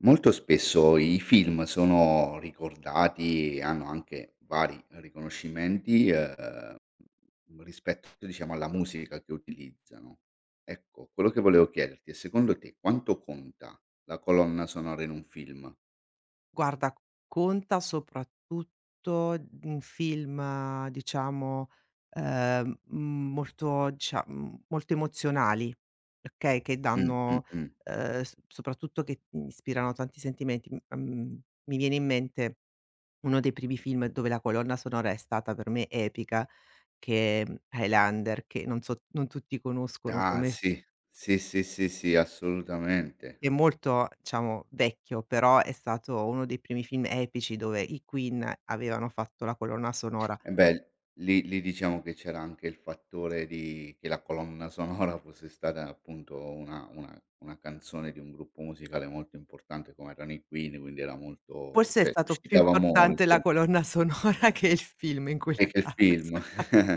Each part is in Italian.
Molto spesso i film sono ricordati e hanno anche vari riconoscimenti, rispetto diciamo alla musica che utilizzano. Ecco, quello che volevo chiederti è secondo te quanto conta la colonna sonora in un film? Guarda, conta soprattutto in film, diciamo, molto molto emozionali, okay, che Mh, mh, danno mh. S soprattutto che, ispirano tanti sentimenti. Mi viene in mente uno dei primi film dove la colonna sonora è stata per me epica, che è, Highlander, che non so non tutti conoscono Ah come. sì, sì, sì, sì, sì, assolutamente. Che è molto, diciamo, vecchio, però è stato uno dei primi film epici dove i Queen avevano fatto la colonna sonora. E beh, lì lì diciamo che c'era anche il fattore di che la colonna sonora fosse stata appunto una canzone di un gruppo musicale molto importante come erano i Queen, quindi era molto Forse è cioè stato più suscitava importante la molto. colonna sonora che il film in quel E che film. caso.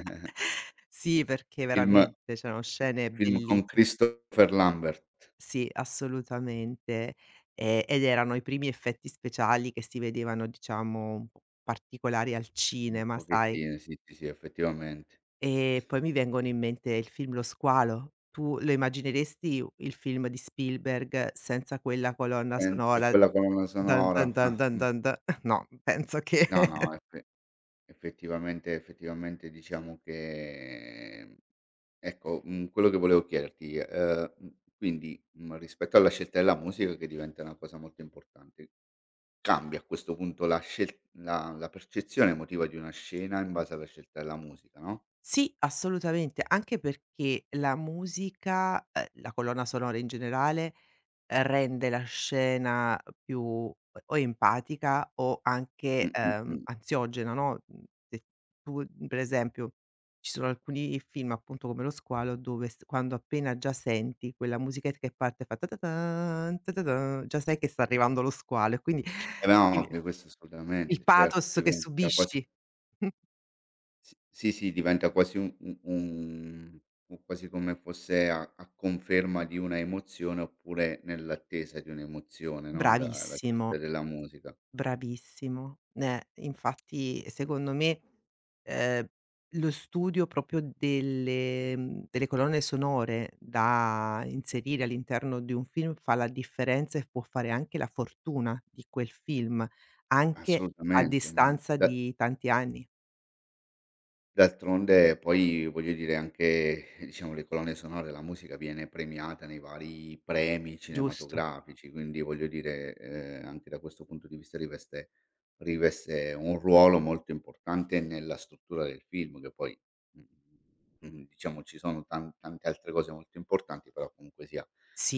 Sì, perché Film veramente c'erano scene film con bellissi Christopher Lambert, sì, assolutamente. Ed erano i primi effetti speciali che si vedevano, diciamo, un po' particolari al un cinema, sai? pochettino, sì, sì, sì, effettivamente. E poi mi vengono in mente il film Lo squalo. Tu lo immagineresti il film di Spielberg senza quella colonna Senza sonora? quella colonna "Dun sonora, dun dun ah, dun dun dun"? No, penso che no, no, effettivamente diciamo che. Ecco, quello che volevo chiederti, quindi, rispetto alla scelta della musica che diventa una cosa molto importante, cambia a questo punto la scel la la percezione emotiva di una scena in base alla scelta della musica, no? sì, assolutamente, anche perché la musica, la colonna sonora in generale, rende la scena più o empatica o Mh, anche, mh, mh. ansiogena, no, se tu per esempio ci sono alcuni film, appunto, come Lo squalo, dove s quando appena già senti quella musichetta che parte fa ta-ta-tan, ta-ta-tan, già sai che sta arrivando lo squalo e quindi Eh beh, cioè, no, il questo il assolutamente, certo, pathos che diventa quasi subisci. s sì, sì, diventa quasi un u quasi come fosse a a conferma di una emozione oppure nell'attesa di un'emozione, no, la la scelta Bravissimo. della musica. Bravissimo. Infatti secondo me, ehm, lo studio proprio delle delle colonne sonore da inserire all'interno di un film fa la differenza e può fare anche la fortuna di quel film, anche a Assolutamente, ma distanza da di tanti anni, d'altronde poi, voglio dire, anche diciamo le colonne sonore, la musica viene premiata nei vari premi giusto? cinematografici, quindi voglio dire, anche da questo punto di vista riveste un ruolo molto importante nella struttura del film che poi, mhmm, diciamo ci sono tante altre cose molto importanti, però comunque sia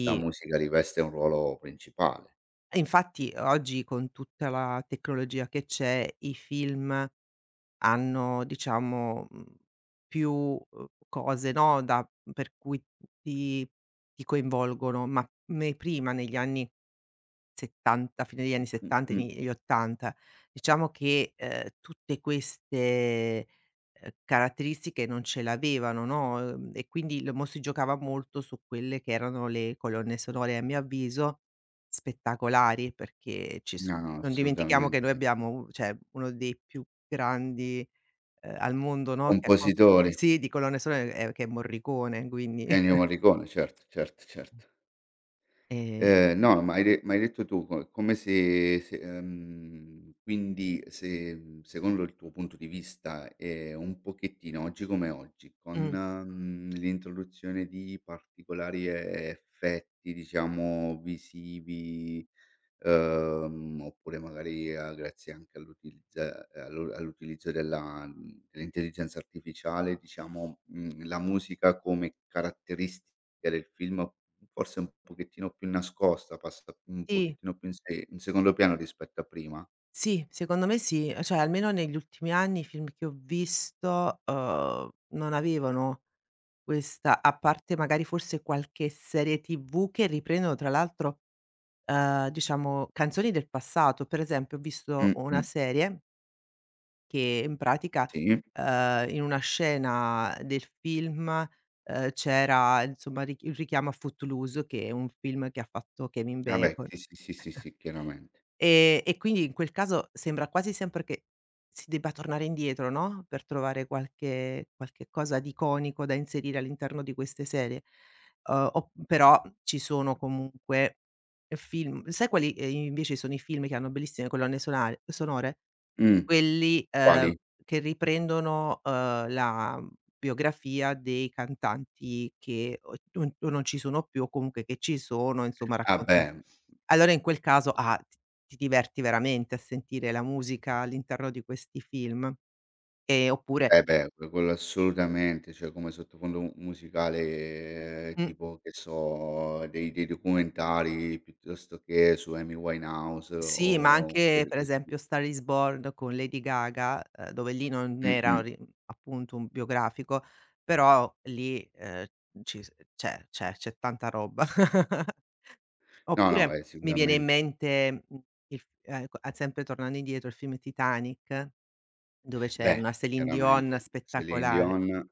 la musica riveste un ruolo principale. E infatti oggi con tutta la tecnologia che c'è, i film hanno diciamo, più, cose, no, da per cui ti ti coinvolgono, ma me prima negli anni '70, fine degli anni Mh, '70 mh, mh. ini gli '80, diciamo che, tutte queste, caratteristiche non ce l'avevano, no, e quindi lo mo si giocava molto su quelle che erano le colonne sonore, a mio avviso spettacolari, perché ci s No, no, non dimentichiamo che noi assolutamente. abbiamo u cioè uno dei più grandi al mondo, no, che ha co Compositori. sì, di colonne sonore, che è Morricone, quindi Ennio Morricone, certo, certo, certo. ehm, No, ma hai de m'hai detto tu co come se se quindi se, secondo il tuo punto di vista, un pochettino oggi come oggi, con, mh, l'introduzione di particolari effetti, diciamo, visivi. Oppure magari a grazie anche all'utilizzo della dell'intelligenza artificiale, diciamo, la musica come caratteristica del film, forse un pochettino più nascosta, passa un sì, pochettino più in se in secondo piano rispetto a prima. sì, secondo me sì. Cioè almeno negli ultimi anni i film che ho visto, non avevano questa a parte magari forse qualche serie TV che riprendono tra l'altro, diciamo canzoni del passato. Per esempio ho visto una Mh-mh. serie che in pratica, Sì. In una scena del film, c'era insomma ri il richiamo a Footloose, che è un film che ha fatto Kevin Ah beh, Bacon. sì, sì, sì, sì, sì, chiaramente. E quindi in quel caso sembra quasi sempre che si debba tornare indietro, no, per trovare qualche cosa di iconico da inserire all'interno di queste serie. O però ci sono comunque film sai quali, invece sono i film che hanno bellissime colonne sonare sonore? Mh. Quelli, Quali? che riprendono, la biografia dei cantanti che o non ci sono più o comunque che ci sono, insomma Ah raccontano beh. allora in quel caso, ah, ti diverti veramente a sentire la musica all'interno di questi film. Oppure Eh beh, quello assolutamente, cioè come sottofondo mu musicale mh, tipo, che so, dei documentari piuttosto che su Amy Winehouse sì, ma o anche per questi. esempio Star is Born con Lady Gaga, dove lì non era un Mh-mh. ri appunto un biografico, però lì, ci s c'è tanta roba. No, no, Oppure mi viene in sicuramente. mente, il f co sempre tornando indietro, il film Titanic, dove c'è Beh, una Céline Dion chiaramente Céline spettacolare. Dion.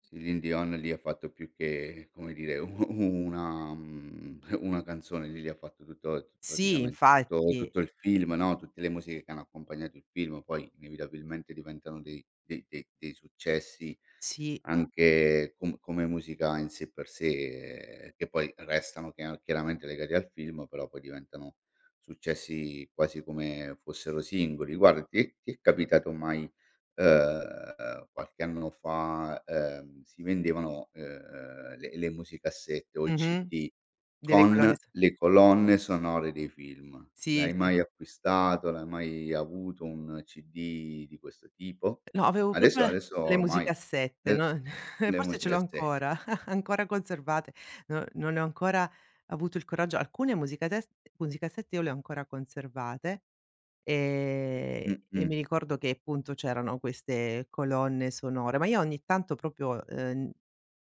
Sì, Celine Dion lì ha fatto più che, come dire, u una una canzone, lì lì ha fatto tutto t Sì, praticamente tutto infatti, tutto il film, no, tutte le musiche che hanno accompagnato il film, poi inevitabilmente diventano dei successi sì. anche come musica in sé per sé, che poi restano chiaramente legati al film, però poi diventano successi quasi come fossero singoli. Guarda, ti è capitato mai. Qualche anno fa, si vendevano, le musicassette o il Mh-mh. CD Delle con colonne so le colonne sonore dei film. sì, L'hai sì. mai acquistato? L'hai mai avuto un CD di questo tipo? No, avevo proprio Adesso la adesso le ormai musicassette, le no, le forse ce l'ho musicassette. ancora, ancora conservate. No non ne ho ancora avuto il coraggio alcune musicates musicassette io le ho ancora conservate. Ehm, e Mh-mh. mi ricordo che appunto c'erano queste colonne sonore, ma io ogni tanto proprio,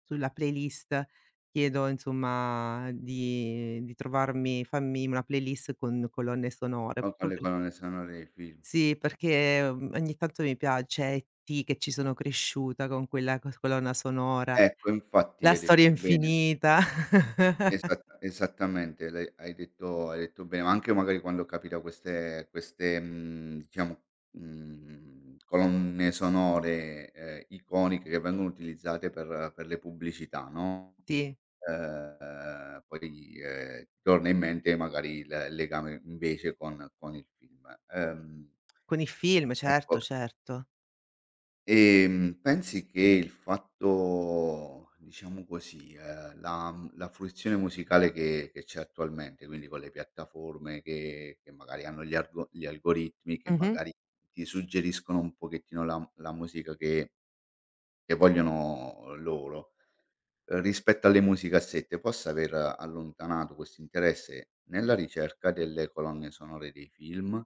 sulla playlist chiedo insomma di trovarmi fammi una playlist con colonne Co sonore, con proprio le per colonne sonore dei film. sì, perché, ogni tanto mi piace E.T. che ci sono cresciuta con quella cos colonna sonora, Ecco, infatti La hai storia detto bene s infinita. Esattamente, l'hai hai detto bene, ma anche magari quando capita queste, diciamo, colonne sonore, iconiche che vengono utilizzate per le pubblicità, no, Sì, poi, ti torna in mente magari il legame invece con il film. Ehm, con i film, certo, ecco certo. Pensi che il fatto, diciamo così, la la fruizione musicale che c'è attualmente, quindi con le piattaforme che magari hanno gli algoritmi, che Mh-mh. magari ti suggeriscono un pochettino la la musica che vogliono loro, rispetto alle musiche a sé, te possa aver allontanato questo interesse nella ricerca delle colonne sonore dei film,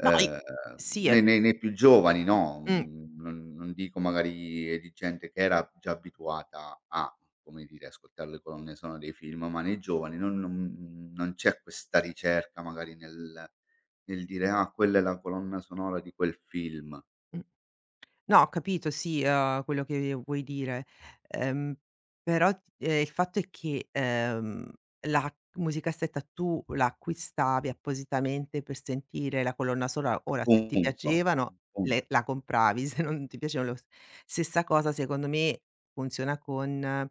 No i Ehm, sì, è nei nei più giovani no, mh, non non dico magari di gente che era già abituata a, come dire, ascoltare le colonne sonore dei film, ma nei giovani non c'è questa ricerca magari nel dire: "Ah, quella è la colonna sonora di quel film." mh. No, ho capito sì, quello che vuoi dire. Ehm, Però, il fatto è che, la musicassetta tu la acquistavi appositamente per sentire la colonna sonora. Ora se ti Punto, piacevano punto. le la compravi, se non ti piacevano lo s stessa cosa secondo me funziona con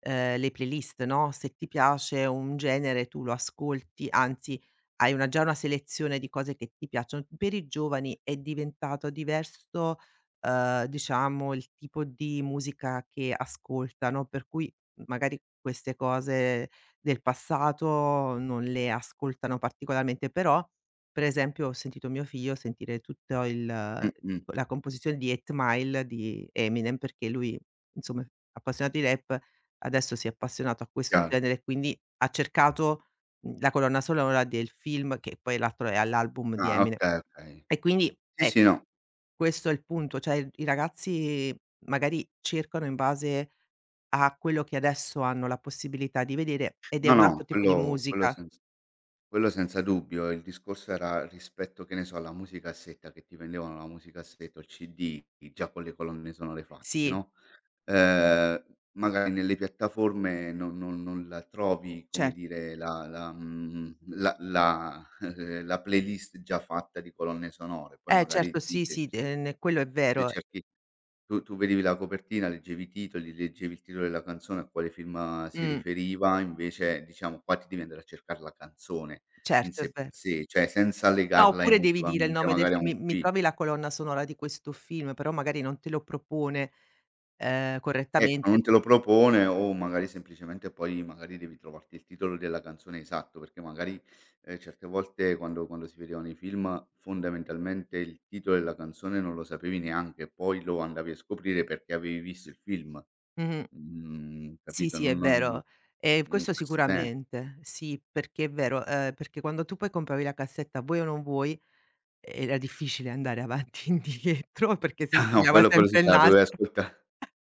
le playlist, no, se ti piace un genere tu lo ascolti, anzi hai una già una selezione di cose che ti piacciono. Per i giovani è diventato diverso, diciamo il tipo di musica che ascoltano, per cui magari queste cose del passato non le ascoltano particolarmente, però per esempio ho sentito mio figlio sentire tutto il Mh-mh, la composizione di Eight Mile di Eminem, perché lui insomma è appassionato di rap adesso si è appassionato a questo chiaro. genere e quindi ha cercato, la colonna sonora del film che poi l'altro è all'album di Ah, Eminem. okay, okay. E quindi Sì, sì, ecco, no. questo è il punto, cioè i ragazzi magari cercano in base a quello che adesso hanno la possibilità di vedere ed è No, un no, altro tipo di quello musica. senza. Quello senza dubbio. Il discorso era rispetto, che ne so, alla musicassetta che ti vendevano la musicassetta o il CD già con le colonne sonore fatte, Sì, no, ehm, magari nelle piattaforme non la trovi, come certo. dire, la la mhmm, la la la playlist già fatta di colonne sonore, poi Eh magari certo, sì, sì, sì, se quello è se vero. cerchi. Tu tu vedevi la copertina, leggevi i titoli, leggevi il titolo della canzone a quale film, si Mh, riferiva, invece diciamo qua ti devi andare a cercare la canzone in certo, è sé per ver sé, cioè senza no, legarla oppure devi dire il emotivamente nome del magari a film: un "Mi mi film. trovi la colonna sonora di questo film", però magari non te lo propone, Ecco, correttamente. non te lo propone o magari semplicemente poi magari devi trovarti il titolo della canzone esatto, perché magari, certe volte quando si vedevano i film, fondamentalmente il titolo della canzone non lo sapevi neanche, poi lo andavi a scoprire perché avevi visto il film. Mh-mh. Sì, Capito? sì, Non è non. vero. E In questo questo sen. sicuramente. Sì, perché è vero, perché quando tu poi compravi la cassetta, vuoi o non vuoi, era difficile andare avanti e indietro perché si Ah no, pigliava quello sì sempre il te la dovevi nastro. ascolta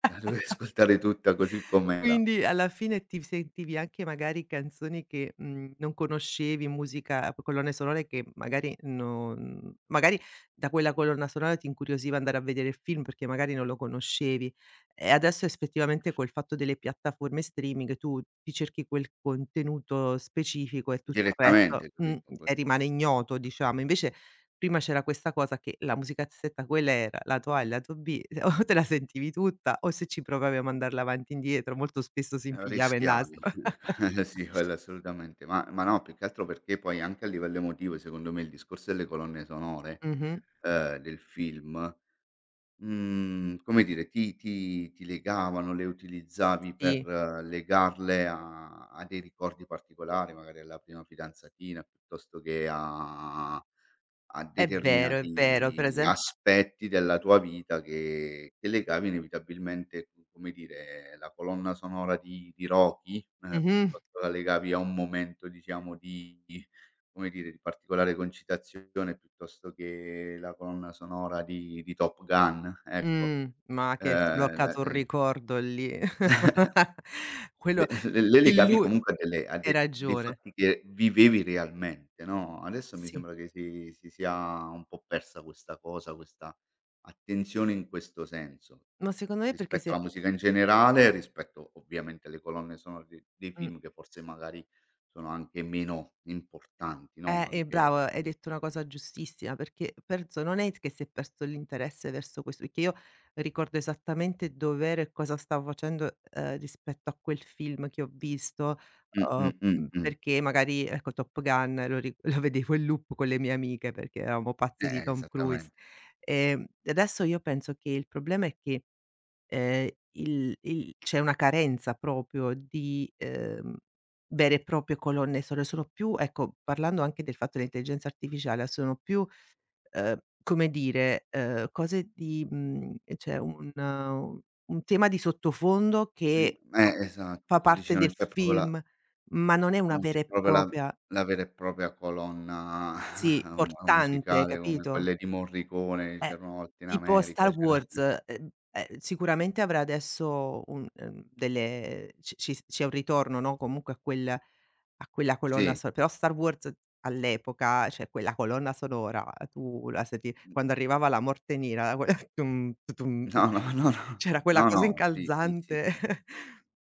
la dovevi ascoltare tutta così com'era, Quindi alla fine ti sentivi anche magari canzoni che, non conoscevi, musica colonne sonore che magari non magari da quella colonna sonora ti incuriosiva andare a vedere il film perché magari non lo conoscevi. E adesso effettivamente col fatto delle piattaforme streaming tu ti cerchi quel contenuto specifico e tutto il resto direttamente, capito, que. e rimane ignoto diciamo. Invece prima c'era questa cosa che la musicazzetta quella era lato A e lato B, o te la sentivi tutta o se ci provavi a mandarla avanti e indietro, molto spesso si impigliava il Rischiavi. nastro. Sì, quello assolutamente. Ma no, più che altro perché poi anche a livello emotivo, secondo me, il discorso delle colonne sonore, Mh-mh, del film, come dire, ti legavano, le utilizzavi per sì, legarle a a dei ricordi particolari, magari alla prima fidanzatina piuttosto che a a è vero, è vero. Per determinati esem aspetti della tua vita che legavi inevitabilmente, come dire, la colonna sonora di Rocky, Mh-mh, piuttosto la legavi a un momento diciamo come dire, di particolare concitazione, piuttosto che la colonna sonora di Top Gun, ecco. Ma che La sbloccato un ricordo lì. Quello Beh, le il legavi lu comunque a delle a hai de dei ragione, fatti che vivevi realmente, no, adesso mi sì. sembra che sia un po' persa questa cosa, questa attenzione in questo senso, Ma secondo me perché si rispetto è alla musica in generale, rispetto ovviamente alle colonne sonore de dei mh. film che forse magari sono anche meno importanti, no, e anche brava, hai detto una cosa giustissima, perché penso non è che si è perso l'interesse verso questo perché io ricordo esattamente dov'ero e cosa stavo facendo, rispetto a quel film che ho visto, mh, mh, mh, mh. perché magari ecco Top Gun lo ri lo vedevo in loop con le mie amiche perché eravamo pazze di Tom Cruise. esattamente. Adesso io penso che il problema è che il c'è una carenza proprio di, vere e proprie colonne sonore, sono più ecco, parlando anche del fatto dell'intelligenza artificiale, sono più, come dire, cose di mhmm, c'è un tema di sottofondo Quindi che esatto, fa tu dici parte non del c'è proprio la. film, ma non è una Non vera c'è e proprio la propria la vera e propria colonna sì, mu portante, musicale come capito? quelle di Morricone, Eh, c'erano una volta in tipo America, Star c'era Wars, sicuramente avrà adesso un delle ci ci s c'è un ritorno, no, comunque a quella colonna sì. so però Star Wars all'epoca, cioè quella colonna sonora tu la senti quando arrivava la morte nera, quella tum tu-tum, No, no, cioè no, no. c'era quella No, cosa no, sì, sì, sì, incalzante, sì.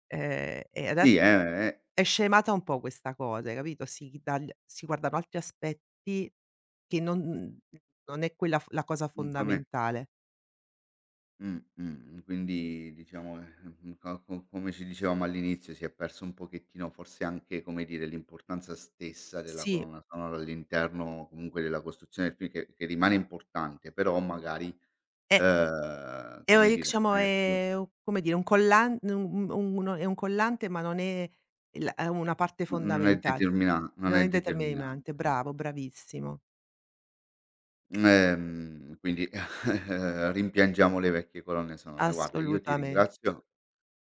e adesso Sì, eh, è scemata un po' questa cosa, hai capito, si dagl si guardano altri aspetti che non mhmm, non è quella f la cosa un po' me fondamentale. Quindi diciamo, co co come ci dicevamo all'inizio, si è perso un pochettino forse anche, come dire, l'importanza stessa della Sì, colonna sonora all'interno comunque della costruzione del film che rimane importante, però magari. è è o Come i dire, diciamo non è più è u come dire, un collan un uno è un collante, ma non è il è una parte n non è fondamentale. determina non Non è è determinante, determinante. bravo, bravissimo. Quindi rimpiangiamo le vecchie colonne sonore. Guarda, io ti Assolutamen ringrazio.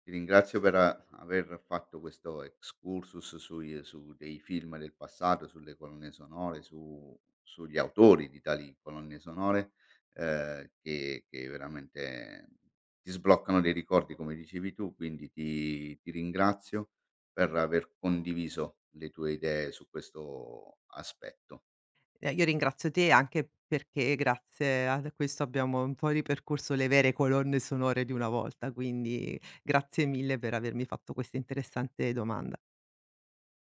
Ti ringrazio per a aver fatto questo excursus sui su dei film del passato, sulle colonne sonore, su sugli autori di tali colonne sonore, che veramente ti sbloccano dei ricordi, come dicevi tu, quindi ti ringrazio per aver condiviso le tue idee su questo aspetto. Io ringrazio te anche perché grazie ad questo abbiamo un po' ripercorso le vere colonne sonore di una volta, quindi grazie mille per avermi fatto questa interessante domanda.